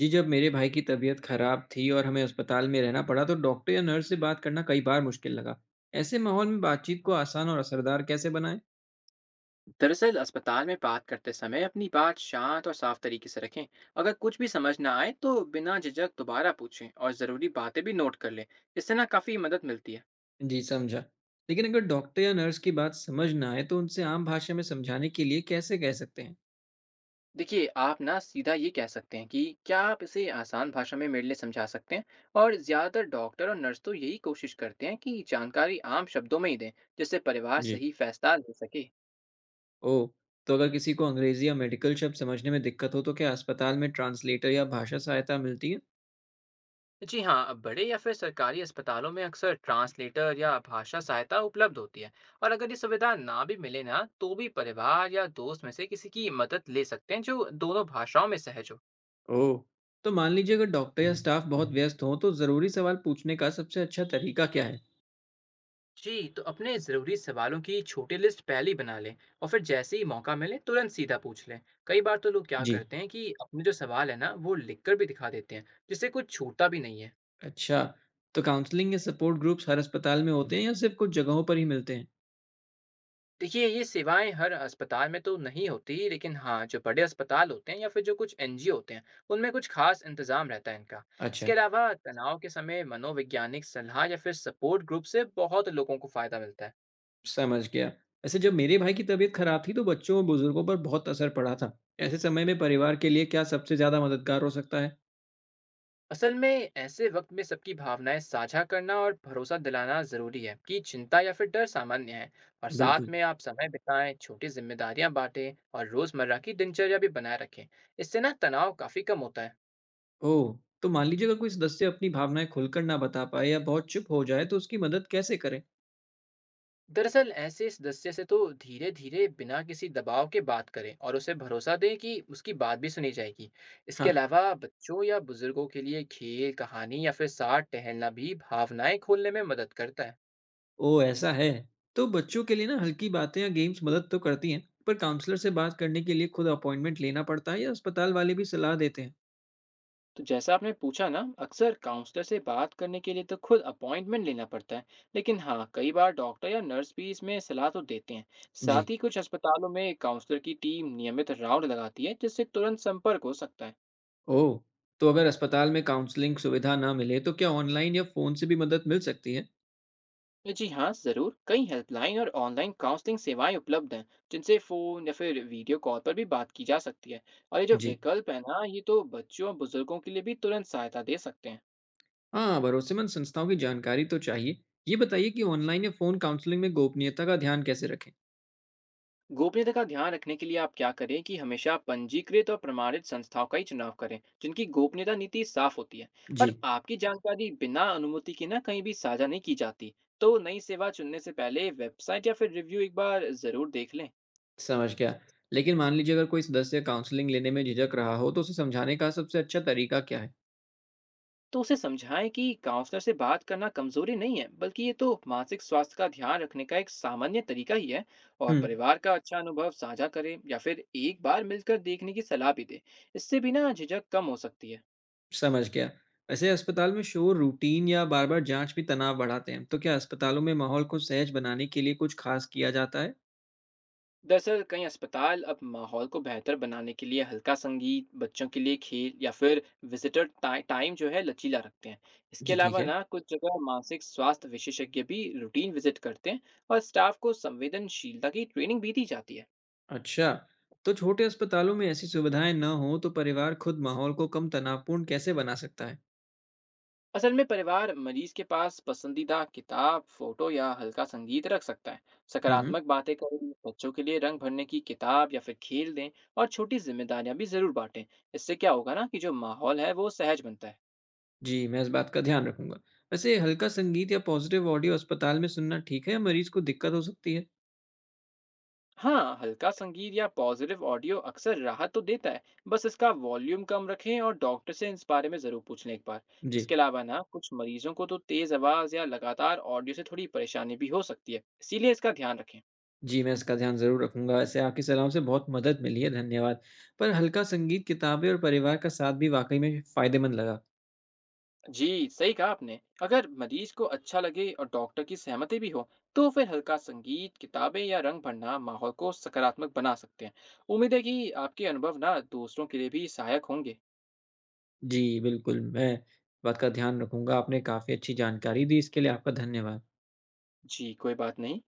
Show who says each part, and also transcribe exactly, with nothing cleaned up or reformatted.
Speaker 1: जी, जब मेरे भाई की तबीयत खराब थी और हमें अस्पताल में रहना पड़ा तो डॉक्टर या नर्स से बात करना कई बार मुश्किल लगा। ऐसे माहौल में बातचीत को आसान और असरदार कैसे बनाएं?
Speaker 2: दरअसल अस्पताल में बात करते समय अपनी बात शांत और साफ तरीके से रखें। अगर कुछ भी समझ ना आए तो बिना झिझक दोबारा पूछें और ज़रूरी बातें भी नोट कर लें। इससे ना काफ़ी मदद मिलती है।
Speaker 1: जी, समझा। लेकिन अगर डॉक्टर या नर्स की बात समझ ना आए तो उनसे आम भाषा में समझाने के लिए कैसे कह सकते हैं?
Speaker 2: देखिए, आप ना सीधा ये कह सकते हैं कि क्या आप इसे आसान भाषा में मेरे लिए समझा सकते हैं। और ज़्यादातर डॉक्टर और नर्स तो यही कोशिश करते हैं कि जानकारी आम शब्दों में ही दें, जिससे परिवार
Speaker 1: जी।
Speaker 2: सही फैसला ले सके।
Speaker 1: ओह, तो अगर किसी को अंग्रेजी या मेडिकल शब्द समझने में दिक्कत हो तो क्या अस्पताल में ट्रांसलेटर या भाषा सहायता मिलती है?
Speaker 2: जी हाँ, बड़े या फिर सरकारी अस्पतालों में अक्सर ट्रांसलेटर या भाषा सहायता उपलब्ध होती है। और अगर ये सुविधा ना भी मिले ना, तो भी परिवार या दोस्त में से किसी की मदद ले सकते हैं जो दोनों भाषाओं में सहज हो।
Speaker 1: ओह, तो मान लीजिए अगर डॉक्टर या स्टाफ बहुत व्यस्त हों तो ज़रूरी सवाल पूछने का सबसे अच्छा तरीका क्या है?
Speaker 2: जी, तो अपने ज़रूरी सवालों की छोटी लिस्ट पहले ही बना लें। और फिर जैसे ही मौका मिले, तुरंत सीधा पूछ लें। कई बार तो लोग क्या
Speaker 1: जी।
Speaker 2: करते हैं कि अपने जो सवाल है ना, वो लिख कर भी दिखा देते हैं। जिससे कुछ छूटता भी नहीं है।
Speaker 1: अच्छा, तो काउंसलिंग या सपोर्ट ग्रुप्स हर अस्पताल में होते हैं या सिर्फ कुछ जगहों पर ही मिलते हैं?
Speaker 2: देखिए, ये सेवाएँ हर अस्पताल में तो नहीं होती, लेकिन हाँ, जो बड़े अस्पताल होते हैं या फिर जो कुछ एनजीओ होते हैं, उनमें कुछ ख़ास इंतज़ाम रहता है इनका।
Speaker 1: अच्छा,
Speaker 2: इसके अलावा तनाव के समय मनोवैज्ञानिक सलाह या फिर सपोर्ट ग्रुप से बहुत लोगों को फ़ायदा मिलता है।
Speaker 1: समझ गया। वैसे जब मेरे भाई की तबीयत खराब थी तो बच्चों और बुजुर्गों पर बहुत असर पड़ा था। ऐसे समय में परिवार के लिए क्या सबसे ज्यादा मददगार हो सकता है?
Speaker 2: असल में ऐसे वक़्त में सबकी भावनाएँ साझा करना और भरोसा दिलाना ज़रूरी है कि चिंता या फिर डर सामान्य है। और साथ
Speaker 1: बिल्कुल।
Speaker 2: में आप समय बिताएँ, छोटी ज़िम्मेदारियाँ बाँटें और रोज़मर्रा की दिनचर्या भी बनाए रखें। इससे ना तनाव काफ़ी कम होता है।
Speaker 1: ओह, तो मान लीजिए अगर कोई सदस्य अपनी भावनाएं खुलकर ना बता पाए या बहुत चुप हो जाए तो उसकी मदद कैसे करें?
Speaker 2: दरअसल ऐसे सदस्य से तो धीरे धीरे बिना किसी दबाव के बात करें और उसे भरोसा दें कि उसकी बात भी सुनी जाएगी। इसके
Speaker 1: हाँ,
Speaker 2: अलावा बच्चों या बुजुर्गों के लिए खेल, कहानी या फिर साथ टहलना भी भावनाएं खोलने में मदद करता है।
Speaker 1: ओह ऐसा है। तो बच्चों के लिए ना हल्की बातें या गेम्स मदद तो करती हैं, पर काउंसलर से बात करने के लिए खुद अपॉइंटमेंट लेना पड़ता है या अस्पताल वाले भी सलाह देते हैं?
Speaker 2: तो जैसा आपने पूछा ना, अक्सर काउंसलर से बात करने के लिए तो खुद अपॉइंटमेंट लेना पड़ता है। लेकिन हाँ, कई बार डॉक्टर या नर्स भी इसमें सलाह तो देते हैं।
Speaker 1: जी।
Speaker 2: साथ ही कुछ अस्पतालों में काउंसलर की टीम नियमित राउंड लगाती है, जिससे तुरंत संपर्क हो सकता है।
Speaker 1: ओह! तो अगर अस्पताल में काउंसलिंग सुविधा ना मिले तो क्या ऑनलाइन या फ़ोन से भी मदद मिल सकती है?
Speaker 2: जी हाँ, ज़रूर। कई हेल्पलाइन और ऑनलाइन काउंसलिंग सेवाएं उपलब्ध हैं, जिनसे फ़ोन या फिर वीडियो कॉल पर भी बात की जा सकती है। और ये जो
Speaker 1: जी।
Speaker 2: विकल्प है ना, ये तो बच्चों और बुजुर्गों के लिए भी तुरंत सहायता दे सकते हैं।
Speaker 1: हाँ, भरोसेमंद संस्थाओं की जानकारी तो चाहिए। ये बताइए कि ऑनलाइन या फ़ोन काउंसलिंग में गोपनीयता का ध्यान कैसे रखें?
Speaker 2: गोपनीयता का ध्यान रखने के लिए आप क्या करें कि हमेशा पंजीकृत और प्रमाणित संस्थाओं का ही चुनाव करें, जिनकी गोपनीयता नीति साफ होती है।
Speaker 1: जी,
Speaker 2: और आपकी जानकारी बिना अनुमति के ना कहीं भी साझा नहीं की जाती। तो नई सेवा चुनने से पहले वेबसाइट या फिर रिव्यू एक बार ज़रूर देख लें।
Speaker 1: समझ गया। लेकिन मान लीजिए अगर कोई सदस्य काउंसलिंग लेने में झिझक रहा हो तो उसे समझाने का सबसे अच्छा तरीका क्या है?
Speaker 2: तो उसे समझाएं कि काउंसलर से बात करना कमजोरी नहीं है, बल्कि ये तो मानसिक स्वास्थ्य का ध्यान रखने का एक सामान्य तरीका ही है। और
Speaker 1: हुँ,
Speaker 2: परिवार का अच्छा अनुभव साझा करें या फिर एक बार मिलकर देखने की सलाह भी दें। इससे भी ना झिझक कम हो सकती है।
Speaker 1: समझ गया। वैसे अस्पताल में शोर, रूटीन या बार-बार जाँच भी तनाव बढ़ाते हैं। तो क्या अस्पतालों में माहौल को सहज बनाने के लिए कुछ ख़ास किया जाता है?
Speaker 2: दरअसल कई अस्पताल अब माहौल को बेहतर बनाने के लिए हल्का संगीत, बच्चों के लिए खेल या फिर विजिटर टाइ- टाइम जो है लचीला रखते हैं। इसके
Speaker 1: जी, ठीक
Speaker 2: अलावा
Speaker 1: है।
Speaker 2: ना कुछ जगह मानसिक स्वास्थ्य विशेषज्ञ भी रूटीन विजिट करते हैं। और स्टाफ को संवेदनशीलता की ट्रेनिंग भी दी जाती है।
Speaker 1: अच्छा, तो छोटे अस्पतालों में ऐसी सुविधाएं न हो तो परिवार खुद माहौल को कम तनावपूर्ण कैसे बना सकता है?
Speaker 2: असल में परिवार मरीज के पास पसंदीदा किताब, फोटो या हल्का संगीत रख सकता है।
Speaker 1: हम्म,
Speaker 2: सकारात्मक बातें करें, बच्चों के लिए रंग भरने की किताब या फिर खेल दें और छोटी जिम्मेदारियां भी जरूर बांटें। इससे क्या होगा ना कि जो माहौल है वो सहज बनता है।
Speaker 1: जी, मैं इस बात का ध्यान रखूंगा। वैसे हल्का संगीत या पॉजिटिव ऑडियो अस्पताल में सुनना ठीक है या मरीज को दिक्कत हो सकती है?
Speaker 2: हाँ, हल्का संगीत या पॉजिटिव ऑडियो अक्सर राहत तो देता है। बस इसका वॉल्यूम कम रखें और डॉक्टर से इस बारे में जरूर पूछ लें एक बार।
Speaker 1: जी,
Speaker 2: इसके अलावा ना कुछ मरीजों को तो तेज आवाज या लगातार ऑडियो से थोड़ी परेशानी भी हो सकती है। इसीलिए इसका ध्यान रखें।
Speaker 1: जी, मैं इसका ध्यान जरूर रखूंगा। वैसे आपकी सलाह से बहुत मदद मिली है, धन्यवाद। पर हल्का संगीत, किताबें और परिवार का साथ भी वाकई में फायदेमंद लगा।
Speaker 2: जी, सही कहा आपने। अगर मरीज को अच्छा लगे और डॉक्टर की सहमति भी हो, तो फिर हल्का संगीत, किताबें या रंग भरना माहौल को सकारात्मक बना सकते हैं। उम्मीद है कि आपके अनुभव ना दूसरों के लिए भी सहायक होंगे।
Speaker 1: जी, बिल्कुल, मैं बात का ध्यान रखूंगा। आपने काफी अच्छी जानकारी दी, इसके लिए आपका धन्यवाद।
Speaker 2: जी, कोई बात नहीं।